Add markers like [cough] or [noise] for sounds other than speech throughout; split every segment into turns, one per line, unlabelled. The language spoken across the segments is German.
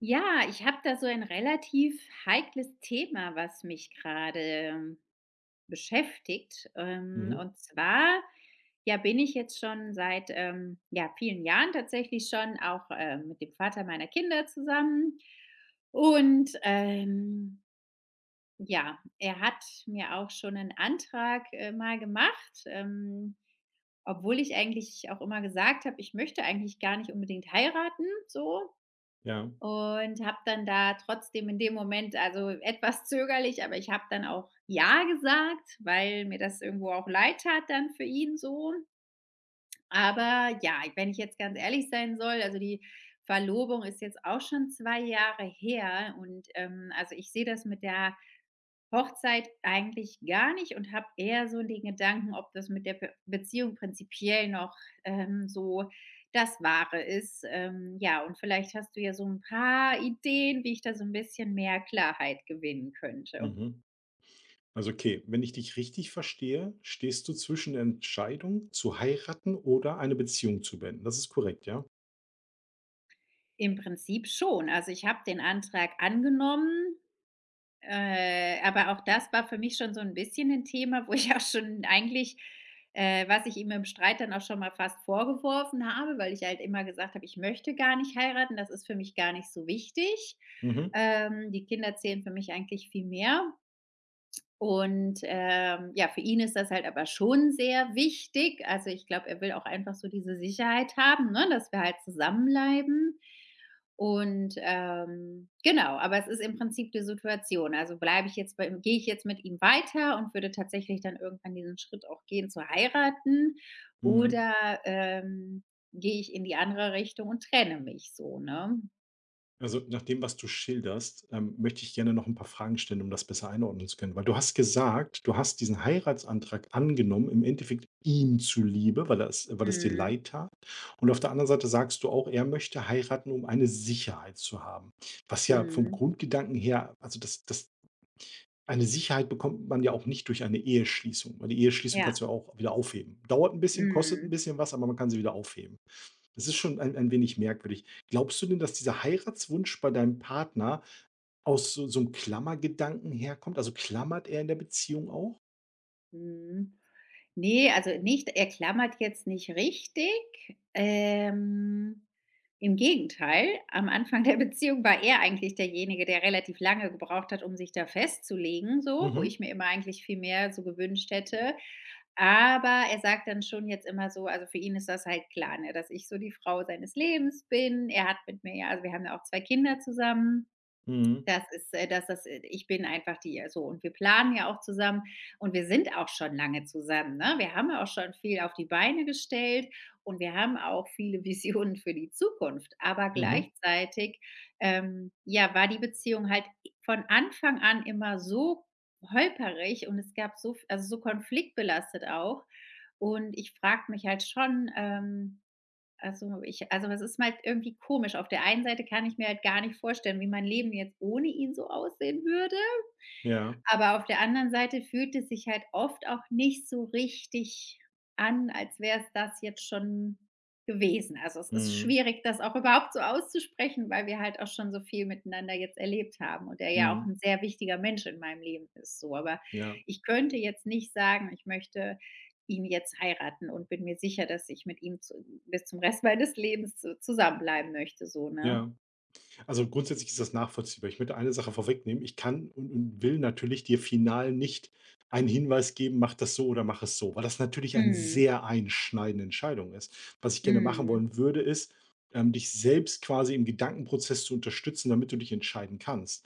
Ja, ich habe da so ein relativ heikles Thema, was mich gerade beschäftigt.
Mhm.
Und zwar, ja, bin ich jetzt schon seit ja, vielen Jahren tatsächlich schon auch mit dem Vater meiner Kinder zusammen. Und ja, er hat mir auch schon einen Antrag mal gemacht, obwohl ich eigentlich auch immer gesagt habe, ich möchte eigentlich gar nicht unbedingt heiraten, so,
Ja.
und habe dann da trotzdem in dem Moment, also, etwas zögerlich, aber ich habe dann auch ja gesagt, weil mir das irgendwo auch leid tat dann für ihn so. Aber ja, wenn ich jetzt ganz ehrlich sein soll, also, die Verlobung ist jetzt auch schon 2 Jahre her und, also, ich sehe das mit der Hochzeit eigentlich gar nicht und habe eher so den Gedanken, ob das mit der Be Beziehung prinzipiell noch, so das Wahre ist. Ja, und vielleicht hast du ja so ein paar Ideen, wie ich da so ein bisschen mehr Klarheit gewinnen könnte.
Mhm. Also okay, wenn ich dich richtig verstehe, stehst du zwischen der Entscheidung zu heiraten oder eine Beziehung zu beenden. Das ist korrekt, ja?
Im Prinzip schon. Also, ich habe den Antrag angenommen. Aber auch das war für mich schon so 'n bisschen 'n Thema, wo ich auch schon eigentlich, was ich ihm im Streit dann auch schon mal fast vorgeworfen habe, weil ich halt immer gesagt habe: „Ich möchte gar nicht heiraten, das ist für mich gar nicht so wichtig.
Mhm.
Die Kinder zählen für mich eigentlich viel mehr." Und, ja, für ihn ist das halt aber schon sehr wichtig. Also, ich glaube, er will auch einfach so diese Sicherheit haben, ne, dass wir halt zusammenbleiben. Und, genau, aber es ist im Prinzip die Situation. Also, bleibe ich jetzt bei ihm, gehe ich jetzt mit ihm weiter und würde tatsächlich dann irgendwann diesen Schritt auch gehen, zu heiraten,
Mhm.
oder, ähm, gehe ich in die andere Richtung und trenne mich so, ne?
Also nach dem, was du schilderst, möchte ich gerne noch ein paar Fragen stellen, um das besser einordnen zu können. Weil du hast gesagt, du hast diesen Heiratsantrag angenommen, im Endeffekt ihm zuliebe, weil das dir
Mhm.
leid tat. Und auf der anderen Seite sagst du auch, er möchte heiraten, um eine Sicherheit zu haben, was ja vom
Mhm.
Grundgedanken her, also das eine Sicherheit bekommt man ja auch nicht durch eine Eheschließung, weil die Eheschließung
Ja.
kannst du ja auch wieder aufheben. Dauert ein bisschen, kostet ein
Mhm.
bisschen was, aber man kann sie wieder aufheben. Das ist schon ein wenig merkwürdig. Glaubst du denn, dass dieser Heiratswunsch bei deinem Partner aus so 'nem Klammergedanken herkommt? Also, klammert er in der Beziehung auch?
Mhm. Nee, also nicht, er klammert jetzt nicht richtig. Ähm, Im Gegenteil, am Anfang der Beziehung war er eigentlich derjenige, der relativ lange gebraucht hat, um sich da festzulegen, so, wo
Mhm.
ich mir immer eigentlich viel mehr so gewünscht hätte. Aber er sagt dann schon jetzt immer so, also, für ihn ist das halt klar, ne, dass ich so die Frau seines Lebens bin. Er hat mit mir ja, also, wir haben ja auch 2 Kinder zusammen.
Mhm.
Das ist das ich bin einfach die so, und wir planen ja auch zusammen und wir sind auch schon lange zusammen, ne? Wir haben ja auch schon viel auf die Beine gestellt und wir haben auch viele [laughs] Visionen für die Zukunft. Aber
Mhm.
gleichzeitig, ja, war die Beziehung halt von Anfang an immer so holperig und es gab so, also so konfliktbelastet auch. Und ich frage mich halt schon, also, ich, also, es ist halt irgendwie komisch. Auf der einen Seite kann ich mir halt gar nicht vorstellen, wie mein Leben jetzt ohne ihn so aussehen würde.
Ja.
Aber auf der anderen Seite fühlt es sich halt oft auch nicht so richtig an, als wäre es das jetzt schon gewesen. Also, es ist
Mhm.
schwierig, das auch überhaupt so auszusprechen, weil wir halt auch schon so viel miteinander jetzt erlebt haben und er ja auch
Mhm.
ein sehr wichtiger Mensch in meinem Leben ist so. Aber
Ja.
ich könnte jetzt nicht sagen, ich möchte ihn jetzt heiraten und bin mir sicher, dass ich mit ihm zu bis zum Rest meines Lebens zu zusammenbleiben möchte so, ne?
Ja. Also, grundsätzlich ist das nachvollziehbar. Ich möchte eine Sache vorwegnehmen. Ich kann und will natürlich dir final nicht einen Hinweis geben: „Mach das so oder mach es so“, weil das natürlich eine
Mhm.
sehr einschneidende Entscheidung ist. Was ich gerne machen
Mhm.
wollen würde, ist, dich selbst quasi im Gedankenprozess zu unterstützen, damit du dich entscheiden kannst.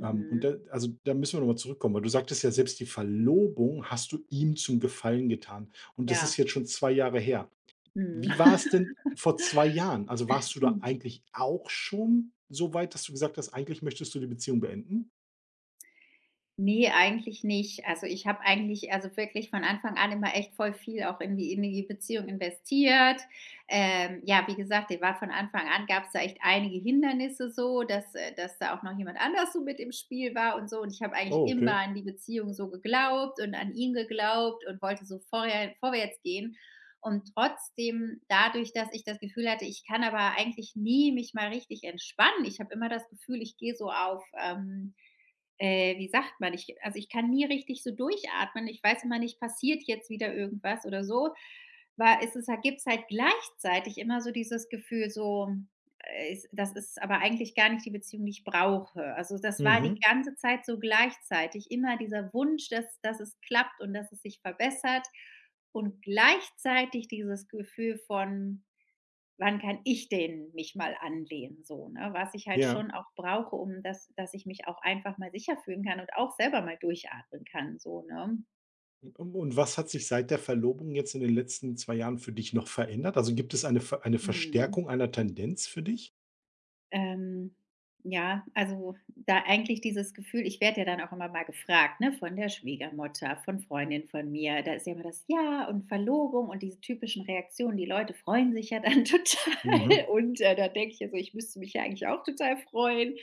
Und da also, da müssen wir nochmal zurückkommen, weil du sagtest ja, selbst die Verlobung hast du ihm zum Gefallen getan. Und das ist
Ja.
jetzt schon 2 Jahre her.
Mhm.
Wie war es denn vor 2 Jahren? Also, warst du da
[laughs]
eigentlich auch schon so weit, dass du gesagt hast: „Eigentlich möchtest du die Beziehung beenden?“
Ne, eigentlich nicht. Also, ich habe eigentlich, also, wirklich von Anfang an immer echt voll viel auch in die Beziehung investiert. Ja, wie gesagt, der war von Anfang an, gab es da echt einige Hindernisse so, dass da auch noch jemand anders so mit im Spiel war und so. Und ich habe eigentlich
Oh,
immer
okay.
an die Beziehung so geglaubt und an ihn geglaubt und wollte so vorher vorwärts gehen. Und trotzdem, dadurch, dass ich das Gefühl hatte, ich kann aber eigentlich nie mich mal richtig entspannen. Ich habe immer das Gefühl, ich gehe so auf, wie sagt man? Ich, also, ich kann nie richtig so durchatmen. Ich weiß immer nicht, passiert jetzt wieder irgendwas oder so, war, ist es, gibt es halt gleichzeitig immer so dieses Gefühl so, es, das ist aber eigentlich gar nicht die Beziehung, die ich brauche. Also, das war die
Mhm.
ganze Zeit so gleichzeitig immer dieser Wunsch, dass es klappt und dass es sich verbessert, und gleichzeitig dieses Gefühl von, wann kann ich den mich mal anlehnen so, ne? Was ich halt
Ja.
schon auch brauche, um dass ich mich auch einfach mal sicher fühlen kann und auch selber mal durchatmen kann so, ne?
Und was hat sich seit der Verlobung jetzt in den letzten 2 Jahren für dich noch verändert? Also, gibt es eine
Mhm.
Verstärkung einer Tendenz für dich?
Ähm, ja, also, da eigentlich dieses Gefühl, ich werde ja dann auch immer mal gefragt, ne, von der Schwiegermutter, von Freundin, von mir. Da ist ja immer das Ja und Verlobung und diese typischen Reaktionen. Die Leute freuen sich ja dann [laughs] total,
Mhm.
und, da denke ich ja so: „Ich müsste mich ja eigentlich auch total freuen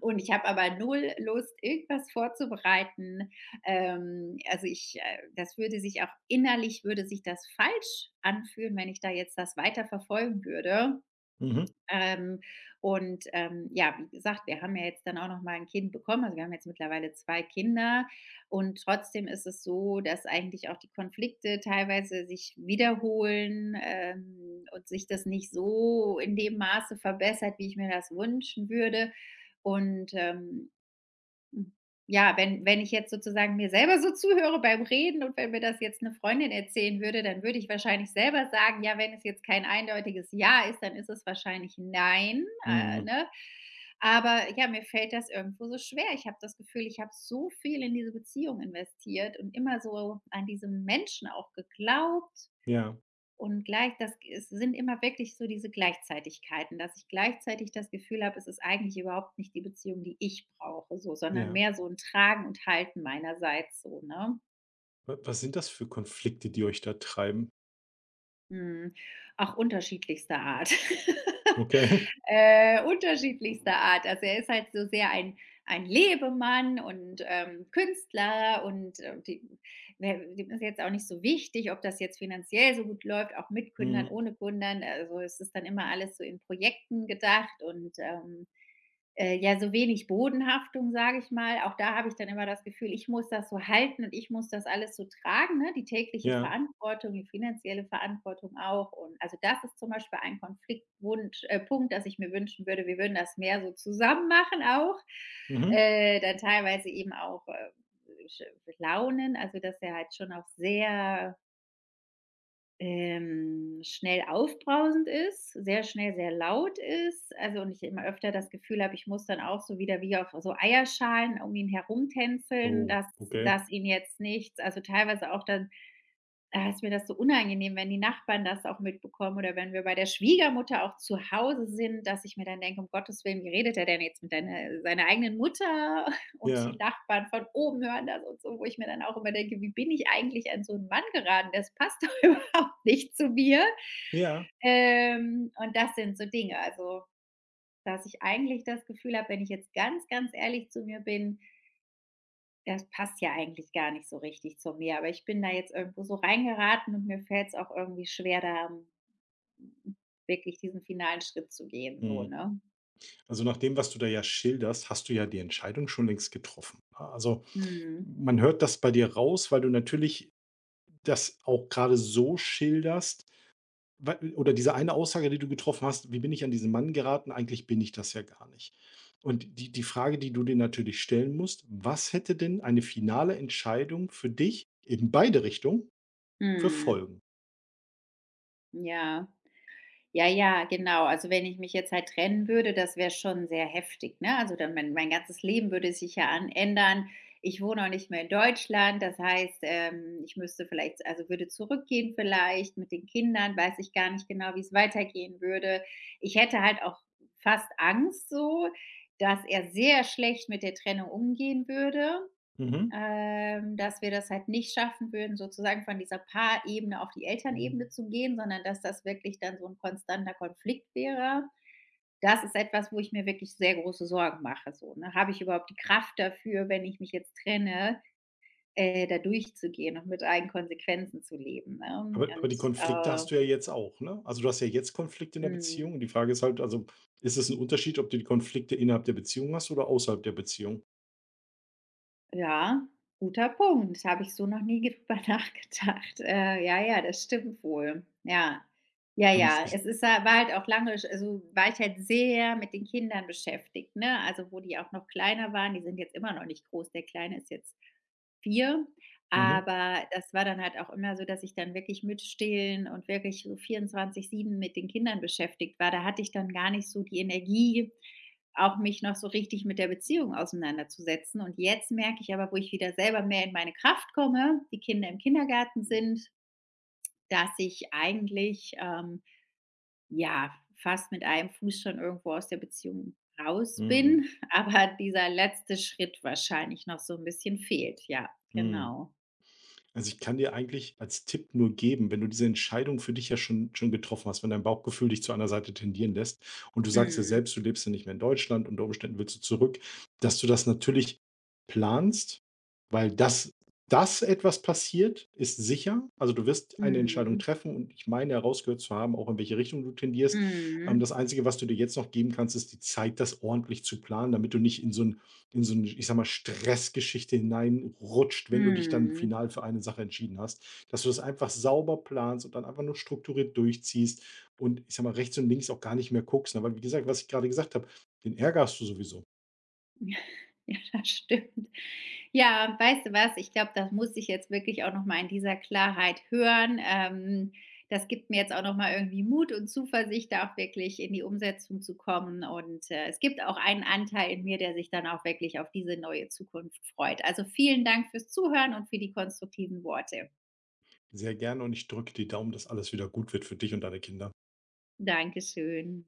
und ich habe aber null Lust, irgendwas vorzubereiten." Also, ich, das würde sich auch innerlich würde sich das falsch anfühlen, wenn ich da jetzt das weiter verfolgen würde.
Mhm.
Ähm, und, ja, wie gesagt, wir haben ja jetzt dann auch noch mal ein Kind bekommen. Also, wir haben jetzt mittlerweile 2 Kinder und trotzdem ist es so, dass eigentlich auch die Konflikte teilweise sich wiederholen, und sich das nicht so in dem Maße verbessert, wie ich mir das wünschen würde. Und, hm. Ja, wenn ich jetzt sozusagen mir selber so zuhöre beim Reden und wenn mir das jetzt eine Freundin erzählen würde, dann würde ich wahrscheinlich selber sagen: „Ja, wenn es jetzt kein eindeutiges Ja ist, dann ist es wahrscheinlich nein",
Mhm.
ne? Aber ja, mir fällt das irgendwo so schwer. Ich habe das Gefühl, ich habe so viel in diese Beziehung investiert und immer so an diesen Menschen auch geglaubt.
Ja,
Und gleich das, es sind immer wirklich so diese Gleichzeitigkeiten, dass ich gleichzeitig das Gefühl habe, es ist eigentlich überhaupt nicht die Beziehung, die ich brauche so, sondern
ja.
mehr so ein Tragen und Halten meinerseits so, ne?
Wa was sind das für Konflikte, die euch da treiben?
Mhm. Auch unterschiedlichster Art. [laughs]
Okay. [laughs]
Unterschiedlichster Art. Also, er ist halt so sehr ein Lebemann und, Künstler, und, dem ne, dem ist jetzt auch nicht so wichtig, ob das jetzt finanziell so gut läuft, auch mit Gründern,
Mhm.
ohne Gründern. Also, es ist dann immer alles so in Projekten gedacht, und, ja, so wenig Bodenhaftung, sage ich mal. Auch da habe ich dann immer das Gefühl, ich muss das so halten und ich muss das alles so tragen, ne? Die tägliche
Ja.
Verantwortung, die finanzielle Verantwortung auch. Und, also, das ist zum Beispiel ein Konfliktwunsch, Punkt, dass ich mir wünschen würde, wir würden das mehr so zusammen machen auch.
Mhm.
Dann teilweise eben auch, sch Launen, also, dass er halt schon auch sehr schnell aufbrausend ist, sehr schnell sehr laut ist, also, und ich immer öfter das Gefühl habe, ich muss dann auch so wieder wie auf so Eierschalen um ihn herumtänzeln,
Oh,
dass
okay.
dass ihn jetzt nichts, also teilweise auch dann, ist mir das so unangenehm, wenn die Nachbarn das auch mitbekommen oder wenn wir bei der Schwiegermutter auch zu Hause sind, dass ich mir dann denke, um Gottes Willen, wie redet er denn jetzt mit deiner, seiner eigenen Mutter [laughs] und die
Ja.
Nachbarn von oben hören das und so, wo ich mir dann auch immer denke, wie bin ich eigentlich an so einen Mann geraten? Das passt doch [laughs] überhaupt nicht zu mir.
Ja.
Und das sind so Dinge, also, dass ich eigentlich das Gefühl habe, wenn ich jetzt ganz, ganz ehrlich zu mir bin, das passt ja eigentlich gar nicht so richtig zu mir, aber ich bin da jetzt irgendwo so reingeraten und mir fällt es auch irgendwie schwer, da mm, wirklich diesen finalen Schritt zu gehen, so,
Mhm.
ne?
Also nach dem, was du da ja schilderst, hast du ja die Entscheidung schon längst getroffen, ne? Also
Mhm.
man hört das bei dir raus, weil du natürlich das auch gerade so schilderst, weil- oder diese eine Aussage, die du getroffen hast: wie bin ich an diesen Mann geraten, eigentlich bin ich das ja gar nicht. Und die Frage, die du dir natürlich stellen musst, was hätte denn eine finale Entscheidung für dich in beide Richtungen für
Mhm.
Folgen?
Ja. Ja, ja, genau. Also, wenn ich mich jetzt halt trennen würde, das wäre schon sehr heftig, ne? Also, dann mein ganzes Leben würde sich ja an ändern. Ich wohne auch nicht mehr in Deutschland. Das heißt, ich müsste vielleicht, also, würde zurückgehen vielleicht mit den Kindern, weiß ich gar nicht genau, wie es weitergehen würde. Ich hätte halt auch fast Angst so, dass er sehr schlecht mit der Trennung umgehen würde.
Mhm.
Dass wir das halt nicht schaffen würden, sozusagen von dieser Paarebene auf die Elternebene zu gehen, sondern dass das wirklich dann so ein konstanter Konflikt wäre. Das ist etwas, wo ich mir wirklich sehr große Sorgen mache so, ne? Habe ich überhaupt die Kraft dafür, wenn ich mich jetzt trenne, da durchzugehen und mit allen Konsequenzen zu leben, ne? Und,
Aber die Konflikte hast du ja
ähm
jetzt auch, ne? Also, du hast ja jetzt Konflikte in der
mhm.
Beziehung und die Frage ist halt, also, ist es ein Unterschied, ob du die Konflikte innerhalb der Beziehung hast oder außerhalb der Beziehung?
Ja, guter Punkt. Habe ich so noch nie [laughs] ge drüber nachgedacht. Ja, ja, das stimmt wohl. Ja. Ja,
Und ich
ja.
ich
Es ist ha war halt auch lange, also, war ich halt sehr mit den Kindern beschäftigt, ne? Also, wo die auch noch kleiner waren. Die sind jetzt immer noch nicht groß. Der Kleine ist jetzt 4.
mhm.
Aber das war dann halt auch immer so, dass ich dann wirklich mit Stillen und wirklich so 24/7 mit den Kindern beschäftigt war. Da hatte ich dann gar nicht so die Energie, auch mich noch so richtig mit der Beziehung auseinanderzusetzen. Und jetzt merke ich aber, wo ich wieder selber mehr in meine Kraft komme, die Kinder im Kindergarten sind, dass ich eigentlich, ja, fast mit einem Fuß schon irgendwo aus der Beziehung raus
Mhm.
bin, [laughs] aber dieser letzte Schritt wahrscheinlich noch so ein bisschen fehlt. Ja,
Mhm.
genau.
Also, ich kann dir eigentlich als Tipp nur geben, wenn du diese Entscheidung für dich ja schon getroffen hast, wenn dein Bauchgefühl dich zu einer Seite tendieren lässt und du sagst ja
Mhm.
selbst, du lebst ja nicht mehr in Deutschland, unter Umständen willst du zurück, dass du das natürlich planst, weil das, dass etwas passiert, ist sicher. Also, du wirst eine Entscheidung
Mhm.
treffen und ich meine herausgehört zu haben, auch in welche Richtung du tendierst. Ähm,
Mhm.
das Einzige, was du dir jetzt noch geben kannst, ist die Zeit, das ordentlich zu planen, damit du nicht in so ein in so 'ne, ich sage mal, Stressgeschichte hineinrutscht, wenn du dich dann
Mhm.
final für eine Sache entschieden hast, dass du das einfach sauber planst und dann einfach nur strukturiert durchziehst und ich sage mal, rechts und links auch gar nicht mehr guckst, ne? Weil wie gesagt, was ich gerade gesagt habe, den Ärger hast du sowieso.
[laughs] Ja, das stimmt. Ja, weißt du was? Ich glaube, das muss ich jetzt wirklich auch noch mal in dieser Klarheit hören. Das gibt mir jetzt auch noch mal irgendwie Mut und Zuversicht, da auch wirklich in die Umsetzung zu kommen. Und es gibt auch einen Anteil in mir, der sich dann auch wirklich auf diese neue Zukunft freut. Also vielen Dank fürs Zuhören und für die konstruktiven Worte.
Sehr gerne, und ich drücke die Daumen, dass alles wieder gut wird für dich und deine Kinder.
Dankeschön.